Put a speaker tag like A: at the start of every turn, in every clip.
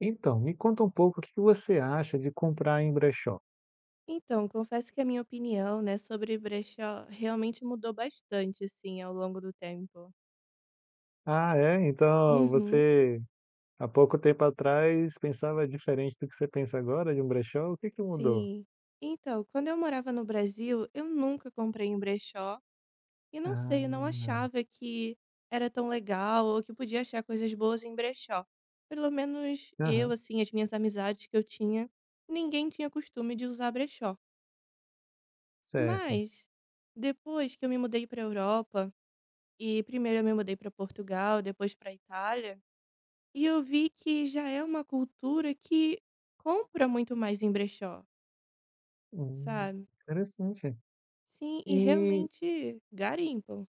A: Então, me conta um pouco o que que você acha de comprar em brechó?
B: Então, confesso que a minha opinião, né, sobre brechó realmente mudou bastante, assim, ao longo do tempo.
A: Ah, é? Então
B: Uhum,
A: você há pouco tempo atrás pensava diferente do que você pensa agora de um brechó? O que que mudou?
B: sim. Então, quando eu morava no Brasil, eu nunca comprei em brechó e não sei, eu não
A: Ah,
B: achava que era tão legal ou que podia achar coisas boas em brechó. Pelo menos eu,
A: aham,
B: assim, as minhas amizades que eu tinha, ninguém tinha costume de usar brechó.
A: certo.
B: Mas depois que eu me mudei para Europa, e primeiro eu me mudei para Portugal, depois para Itália, e eu vi que já é uma cultura que compra muito mais em brechó,
A: Hum,
B: sabe.
A: interessante.
B: Sim, e
A: E
B: realmente garimpam.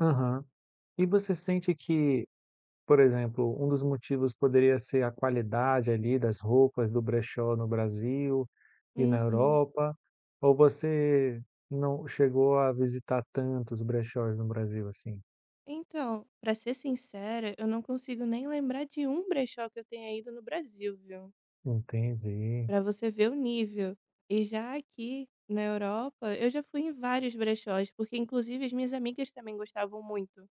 A: aham. E você sente que, por exemplo, um dos motivos poderia ser a qualidade ali das roupas do brechó no Brasil e na
B: Uhum.
A: Europa, ou você não chegou a visitar tantos brechós no Brasil assim?
B: Então, pra ser sincera, eu não consigo nem lembrar de um brechó que eu tenha ido no Brasil, viu.
A: Entendi.
B: Pra você ver o nível. E já aqui na Europa, eu já fui em vários brechós, porque inclusive as minhas amigas também gostavam muito.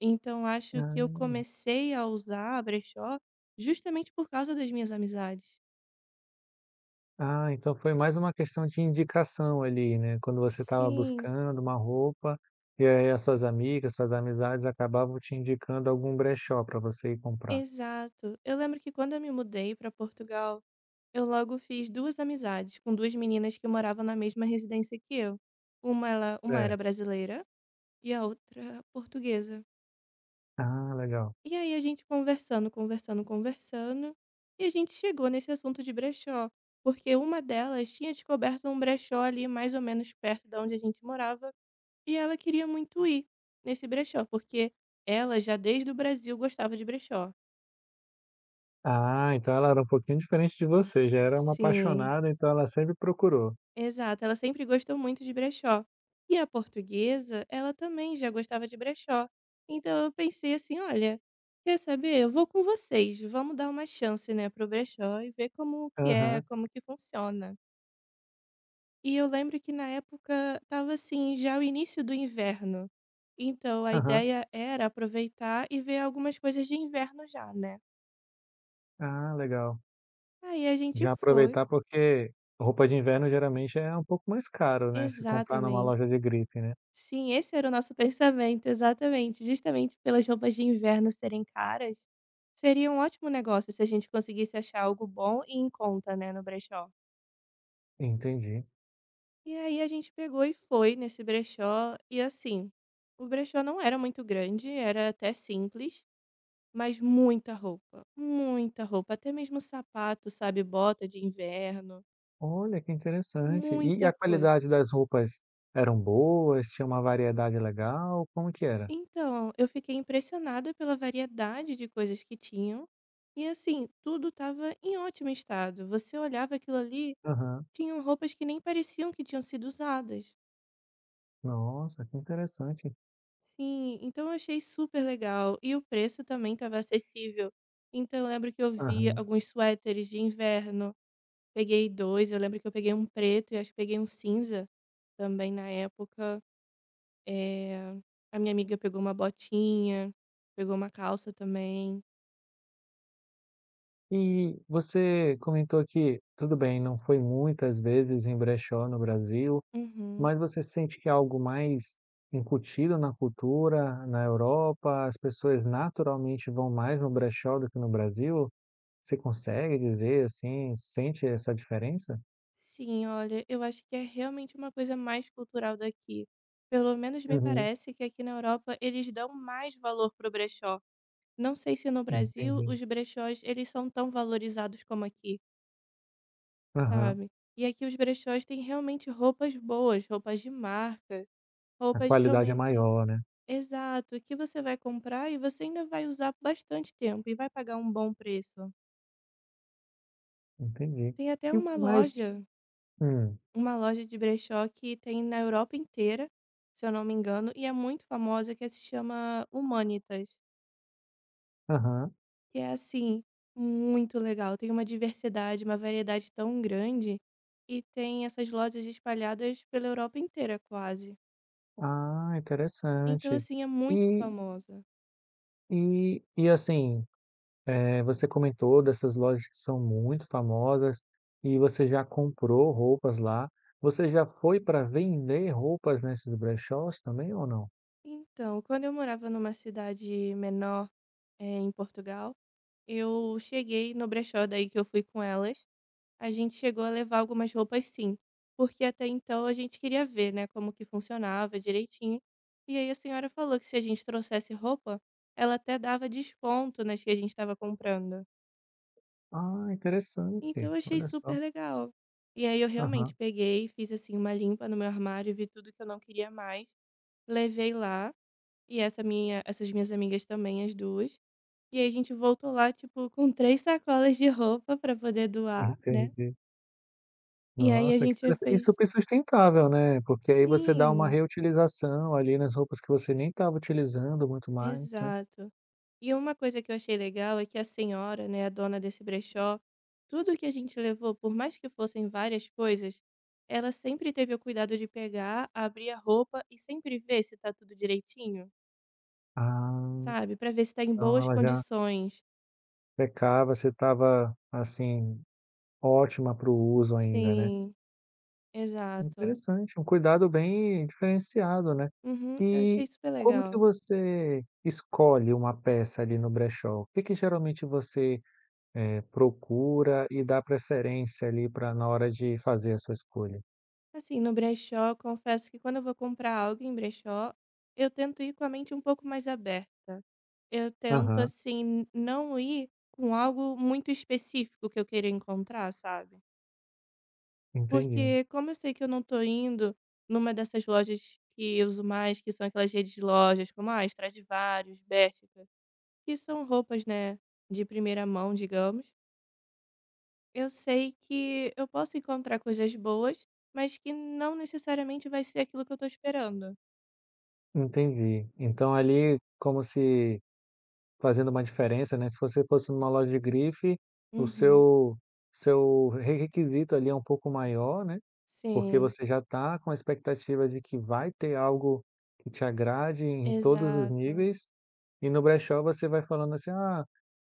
B: Então acho que eu
A: Ah,
B: comecei a usar brechó justamente por causa das minhas amizades.
A: ah, então foi mais uma questão de indicação ali, né, quando você estava
B: Sim.
A: buscando uma roupa, e aí as suas amigas, suas amizades acabavam te indicando algum brechó para você ir comprar.
B: Exato. Eu lembro que quando eu me mudei para Portugal, eu logo fiz duas amizades com duas meninas que moravam na mesma residência que eu. Uma era
A: Certo.
B: brasileira e a outra portuguesa.
A: Ah, legal.
B: E aí a gente conversando, conversando, conversando, e a gente chegou nesse assunto de brechó, porque uma delas tinha descoberto um brechó ali mais ou menos perto de onde a gente morava, e ela queria muito ir nesse brechó, porque ela já desde o Brasil gostava de brechó.
A: Ah, então ela era um pouquinho diferente de você, já era uma
B: Sim.
A: apaixonada, então ela sempre procurou.
B: Exato, ela sempre gostou muito de brechó. E a portuguesa, ela também já gostava de brechó. Então eu pensei assim: olha, quer saber? Eu vou com vocês, vamos dar uma chance, né, pro brechó e ver como que é,
A: Aham,
B: como que funciona. E eu lembro que na época estava assim, já o início do inverno. Então a
A: aham.
B: ideia era aproveitar e ver algumas coisas de inverno já, né?
A: Ah, legal.
B: Aí a gente
A: Já
B: foi,
A: aproveitar porque roupa de inverno geralmente é um pouco mais caro, né, se comprar numa
B: exatamente.
A: loja de grife, né.
B: Sim, esse era o nosso pensamento, exatamente. Justamente pelas roupas de inverno serem caras, seria um ótimo negócio se a gente conseguisse achar algo bom e em conta, né, no brechó.
A: Entendi.
B: E aí a gente pegou e foi nesse brechó, e assim, o brechó não era muito grande, era até simples, mas muita roupa, até mesmo sapato, sabe, bota de inverno,
A: Olha, que interessante. E
B: muita
A: a
B: coisa.
A: qualidade das roupas eram boas? Tinha uma variedade legal? Como que era?
B: Então, eu fiquei impressionada pela variedade de coisas que tinham. E assim, tudo estava em ótimo estado. Você olhava aquilo ali,
A: Aham.
B: tinham roupas que nem pareciam que tinham sido usadas.
A: Nossa, que interessante.
B: Sim, então eu achei super legal. E o preço também estava acessível. Então eu lembro que eu vi
A: Aham.
B: alguns suéteres de inverno. Peguei dois, eu lembro que eu peguei um preto e acho que peguei um cinza também na época. Eh, A minha amiga pegou uma botinha, pegou uma calça também.
A: E você comentou que, tudo bem, não foi muitas vezes em brechó no Brasil,
B: Uhum.
A: mas você sente que é algo mais incutido na cultura, na Europa, as pessoas naturalmente vão mais no brechó do que no Brasil? Você consegue dizer assim, sente essa diferença?
B: Sim, olha, eu acho que é realmente uma coisa mais cultural daqui. Pelo menos me
A: Uhum,
B: parece que aqui na Europa eles dão mais valor pro brechó. Não sei se no Brasil
A: entendi.
B: os brechós eles são tão valorizados como aqui,
A: Aham.
B: sabe? E aqui os brechós têm realmente roupas boas, roupas de marca,
A: A
B: roupas
A: qualidade é
B: realmente,
A: maior, né?
B: exato, que você vai comprar e você ainda vai usar bastante tempo e vai pagar um bom preço.
A: Entendi.
B: Tem até
A: E o
B: uma
A: que mais?
B: loja
A: Hum,
B: Uma loja de brechó que tem na Europa inteira, se eu não me engano, e é muito famosa, que se chama Humanitas,
A: aham.
B: que é, assim, muito legal. Tem uma diversidade, uma variedade tão grande e tem essas lojas espalhadas pela Europa inteira, quase.
A: Ah,
B: Então,
A: interessante.
B: assim, é muito
A: E,
B: famosa.
A: e, e assim, você comentou dessas lojas que são muito famosas e você já comprou roupas lá. Você já foi para vender roupas nesses brechós também ou não?
B: Então, quando eu morava numa cidade menor, em Portugal, eu cheguei no brechó daí que eu fui com elas, a gente chegou a levar algumas roupas sim, porque até então a gente queria ver, né, como que funcionava direitinho. E aí a senhora falou que se a gente trouxesse roupa, ela até dava desconto nas que a gente estava comprando.
A: Ah,
B: Então
A: interessante.
B: eu achei
A: Olha só.
B: super legal. E aí eu realmente
A: Aham,
B: peguei, fiz assim uma limpa no meu armário, vi tudo que eu não queria mais, levei lá e essas minhas amigas também, as duas. E aí a gente voltou lá, tipo, com 3 sacolas de roupa pra poder doar, né.
A: entendi.
B: E aí a
A: Nossa, que
B: gente
A: interessante. E
B: fez
A: super sustentável, né? Porque aí você dá uma
B: sim,
A: reutilização ali nas roupas que você nem estava utilizando muito mais, né?
B: exato. E uma coisa que eu achei legal é que a senhora, né, a dona desse brechó, tudo que a gente levou, por mais que fossem várias coisas, ela sempre teve o cuidado de pegar, abrir a roupa e sempre ver se tá tudo direitinho,
A: Ah,
B: sabe, pra ver se tá em
A: então
B: boas
A: ela já
B: condições.
A: secava, você estava assim, ótima para o uso ainda, né?
B: Sim, exato.
A: Interessante, um cuidado bem diferenciado, né.
B: Uhum, eu achei
A: E
B: super
A: como que
B: legal.
A: você escolhe uma peça ali no brechó? O que que geralmente você, procura e dá preferência ali para na hora de fazer a sua escolha?
B: Assim, no brechó, confesso que quando eu vou comprar algo em brechó, eu tento ir com a mente um pouco mais aberta. Eu tento,
A: Aham,
B: assim, não ir com algo muito específico que eu queira encontrar, sabe?
A: entendi,
B: Porque, como eu sei que eu não tô indo numa dessas lojas que eu uso mais, que são aquelas redes de lojas, como a Stradivarius, Bershka, que são roupas, né, de primeira mão, digamos. Eu sei que eu posso encontrar coisas boas, mas que não necessariamente vai ser aquilo que eu tô esperando.
A: entendi. Então ali, como se fazendo uma diferença, né, se você fosse numa loja de grife, o
B: Uhum.
A: seu requisito ali é um pouco maior, né. Porque
B: Sim.
A: você já está com a expectativa de que vai ter algo que te agrade em todos os
B: Exato.
A: níveis, e no brechó você vai falando assim: "Ah,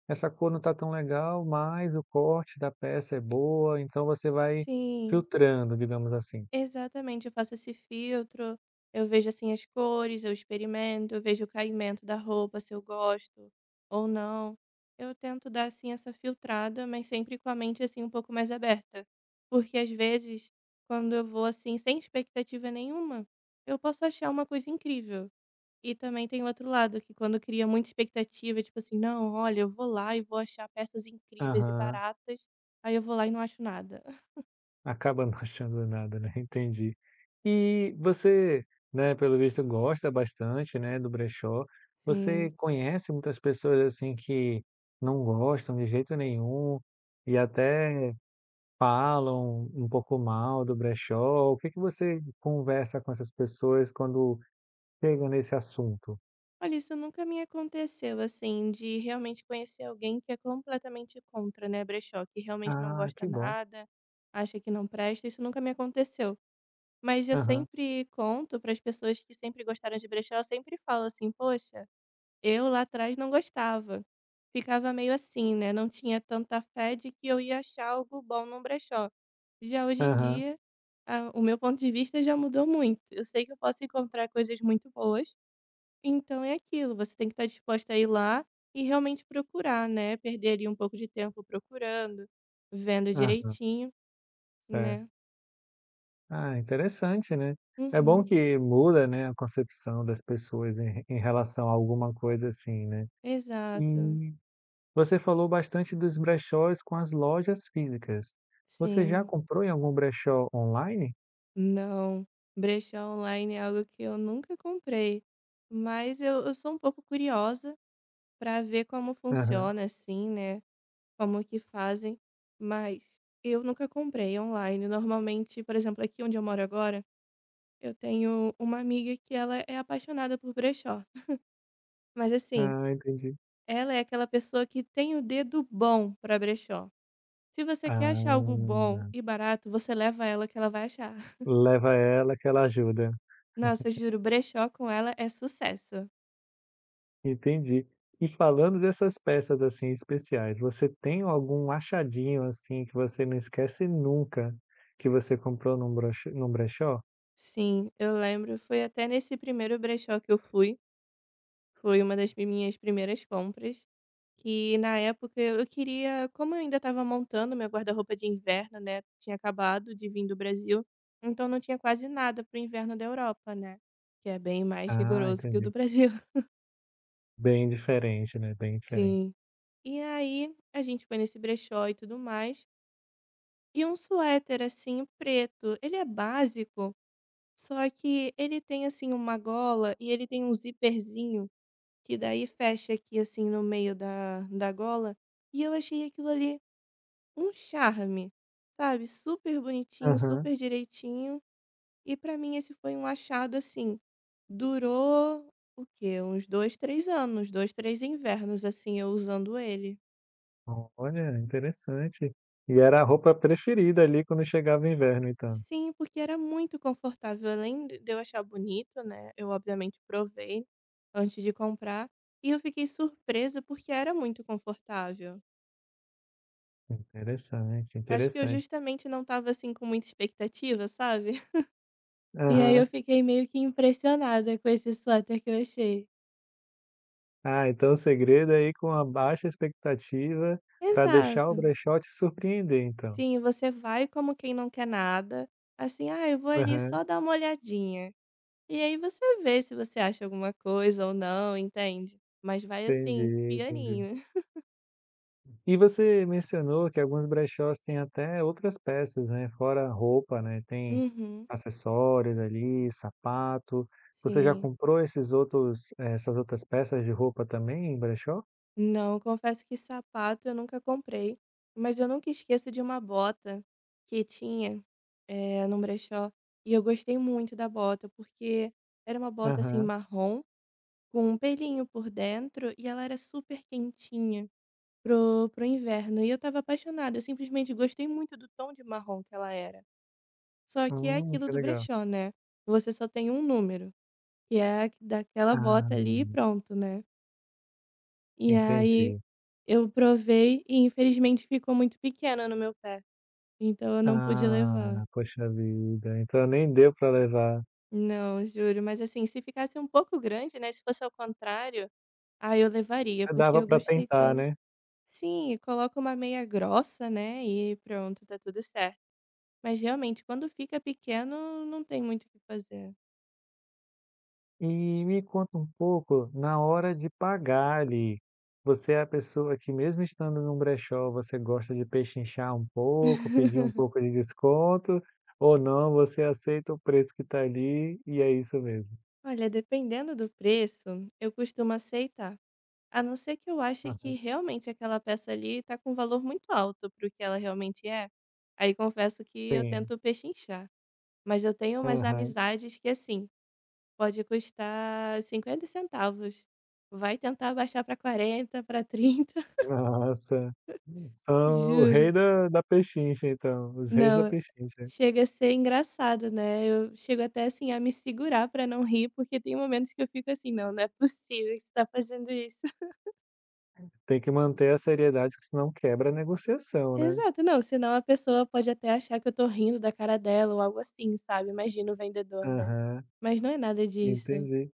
A: essa cor não está tão legal, mas o corte da peça é boa", então você vai
B: Sim,
A: filtrando, digamos assim.
B: exatamente. Eu faço esse filtro, eu vejo assim as cores, eu experimento, eu vejo o caimento da roupa, se eu gosto ou não. Eu tento dar assim essa filtrada, mas sempre com a mente assim um pouco mais aberta. Porque às vezes, quando eu vou assim sem expectativa nenhuma, eu posso achar uma coisa incrível. E também tem o outro lado, que quando cria muita expectativa, tipo assim: "Não, olha, eu vou lá e vou achar peças incríveis e
A: Aham,
B: baratas", aí eu vou lá e não acho nada.
A: acaba não achando nada, né, entendi. E você, né, pelo visto gosta bastante, né, do brechó.
B: Sim.
A: Você conhece muitas pessoas, assim, que não gostam de jeito nenhum e até falam um pouco mal do brechó? O que que você conversa com essas pessoas quando chega nesse assunto?
B: Olha, isso nunca me aconteceu, assim, de realmente conhecer alguém que é completamente contra, né, brechó, que realmente não
A: Ah,
B: gosta
A: que bom.
B: nada, acha que não presta, isso nunca me aconteceu. Mas eu
A: Aham,
B: sempre conto para as pessoas que sempre gostaram de brechó, eu sempre falo assim: "Poxa". Eu lá atrás não gostava. Ficava meio assim, né, não tinha tanta fé de que eu ia achar algo bom num brechó. Já hoje em
A: aham,
B: dia, ah, o meu ponto de vista já mudou muito. Eu sei que eu posso encontrar coisas muito boas, então é aquilo, você tem que estar disposta a ir lá e realmente procurar, né, perder ali um pouco de tempo procurando, vendo
A: aham,
B: direitinho, né.
A: certo. Ah, interessante, né. É bom
B: Uhum.
A: que muda, né, a concepção das pessoas em relação a alguma coisa assim, né.
B: Exato.
A: E você falou bastante dos brechós com as lojas físicas. Você já
B: Sim.
A: comprou em algum brechó online?
B: Não, brechó online é algo que eu nunca comprei, mas eu sou um pouco curiosa para ver como
A: Aham.
B: funciona, assim, né, como que fazem, mas eu nunca comprei online. Normalmente, por exemplo, aqui onde eu moro agora, eu tenho uma amiga que ela é apaixonada por brechó, mas assim,
A: Ah, entendi.
B: ela é aquela pessoa que tem o dedo bom para brechó. Se você quer achar algo
A: Ah,
B: bom e barato, você leva ela que ela vai achar.
A: leva ela que ela ajuda.
B: Nossa, juro, brechó com ela é sucesso.
A: Entendi. E falando dessas peças, assim, especiais, você tem algum achadinho, assim, que você não esquece nunca, que você comprou num broche num brechó?
B: Sim, eu lembro. Foi até nesse primeiro brechó que eu fui, foi uma das minhas primeiras compras, que na época eu queria, como eu ainda estava montando meu guarda-roupa de inverno, né, tinha acabado de vir do Brasil, então não tinha quase nada pro inverno da Europa, né, que é bem mais
A: Ah,
B: rigoroso que o do
A: entendi.
B: Brasil.
A: Bem diferente, né, bem diferente.
B: Sim. E aí a gente foi nesse brechó e tudo mais, e um suéter assim preto, ele é básico, só que ele tem assim uma gola e ele tem um zíperzinho que daí fecha aqui assim no meio da gola. E eu achei aquilo ali um charme, sabe? Super bonitinho,
A: Aham.
B: super direitinho. E pra mim esse foi um achado assim. Durou o quê? Uns dois, três anos, dois, três invernos, assim, eu usando ele.
A: Olha, interessante. E era a roupa preferida ali quando chegava o inverno, então.
B: Sim, porque era muito confortável. Além de eu achar bonito, né? Eu obviamente provei antes de comprar. E eu fiquei surpresa porque era muito confortável.
A: Interessante,
B: Acho que eu
A: interessante.
B: justamente não estava, assim, com muita expectativa, sabe. E aí eu
A: Aham.
B: fiquei meio que impressionada com esse suéter que eu achei.
A: Ah, então o segredo é ir com uma baixa expectativa para deixar o
B: Exato.
A: brechó te surpreender, então.
B: Sim, você vai como quem não quer nada, assim: "Ah, eu vou ali
A: Aham,
B: só dar uma olhadinha". E aí você vê se você acha alguma coisa ou não, entende. Mas vai
A: entendi,
B: assim,
A: entendi.
B: pianinho.
A: E você mencionou que alguns brechós têm até outras peças, né, fora roupa, né, tem
B: Uhum.
A: acessórios ali, sapato. Você já
B: Sim.
A: comprou esses outros essas outras peças de roupa também em brechó?
B: Não, confesso que sapato eu nunca comprei, mas eu nunca esqueço de uma bota que tinha, num brechó, e eu gostei muito da bota, porque era uma bota, assim,
A: Aham.
B: marrom, com um pelinho por dentro, e ela era super quentinha pro pro inverno, e eu estava apaixonada, eu simplesmente gostei muito do tom de marrom que ela era. Só que é aquilo
A: Que
B: do
A: legal.
B: brechó, né, você só tem um número, que é a daquela
A: Ah,
B: bota ali e pronto, né. E aí
A: entendi.
B: Eu provei e infelizmente ficou muito pequena no meu pé, então eu não pude levar.
A: Ah, poxa vida, então nem deu para levar.
B: Não, juro, mas assim, se ficasse um pouco grande, né, se fosse ao contrário, aí eu levaria, porque
A: Dava
B: eu
A: para
B: gostei
A: tentar,
B: tanto.
A: né?
B: Sim, coloca uma meia grossa, né, e pronto, tá tudo certo. Mas realmente, quando fica pequeno, não tem muito o que fazer.
A: E me conta um pouco, na hora de pagar ali, você é a pessoa que mesmo estando num brechó, você gosta de pechinchar um pouco, pedir um pouco de desconto, ou não, você aceita o preço que está ali e é isso mesmo?
B: Olha, dependendo do preço, eu costumo aceitar. A não ser que eu ache que realmente aquela peça ali tá com um valor muito alto para o que ela realmente é, aí confesso que eu
A: sim.
B: tento pechinchar. Mas eu tenho umas
A: Aham.
B: amizades que assim, pode custar R$ 0,50. Vai tentar baixar para 40, para 30.
A: Nossa, são o rei
B: Juro.
A: da pechincha então, os reis da
B: Não,
A: pechincha.
B: chega a ser engraçado, né? Eu chego até assim a me segurar para não rir, porque tem momentos que eu fico assim, não, não é possível que você tá fazendo isso.
A: Tem que manter a seriedade que senão quebra a negociação, né.
B: Exato, não, senão a pessoa pode até achar que eu tô rindo da cara dela ou algo assim, sabe, imagina o vendedor, né.
A: Aham,
B: Mas não é nada disso.
A: entendi.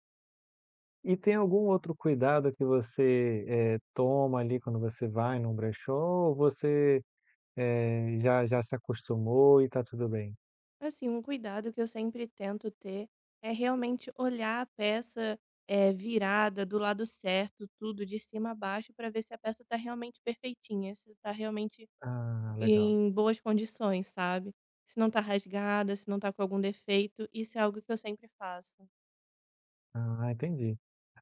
A: E tem algum outro cuidado que você, toma ali quando você vai num brechó ou você, já se acostumou e tá tudo bem?
B: Assim, um cuidado que eu sempre tento ter é realmente olhar a peça, é virada do lado certo, tudo de cima a baixo, pra ver se a peça tá realmente perfeitinha, se tá realmente
A: Ah, legal.
B: em boas condições, sabe. Se não tá rasgada, se não tá com algum defeito, isso é algo que eu sempre faço.
A: Ah, entendi.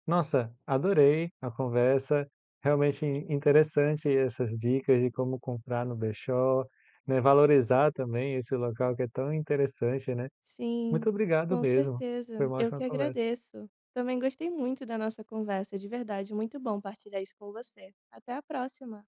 A: Nossa, adorei a conversa, realmente in- interessante essas dicas de como comprar no brechó, né, valorizar também esse local que é tão interessante, né. Muito
B: Sim,
A: obrigado
B: com
A: mesmo, foi
B: certeza.
A: uma
B: Eu
A: ótima
B: que
A: conversa.
B: agradeço. Também gostei muito da nossa conversa, de verdade, muito bom partilhar isso com você. Até a próxima.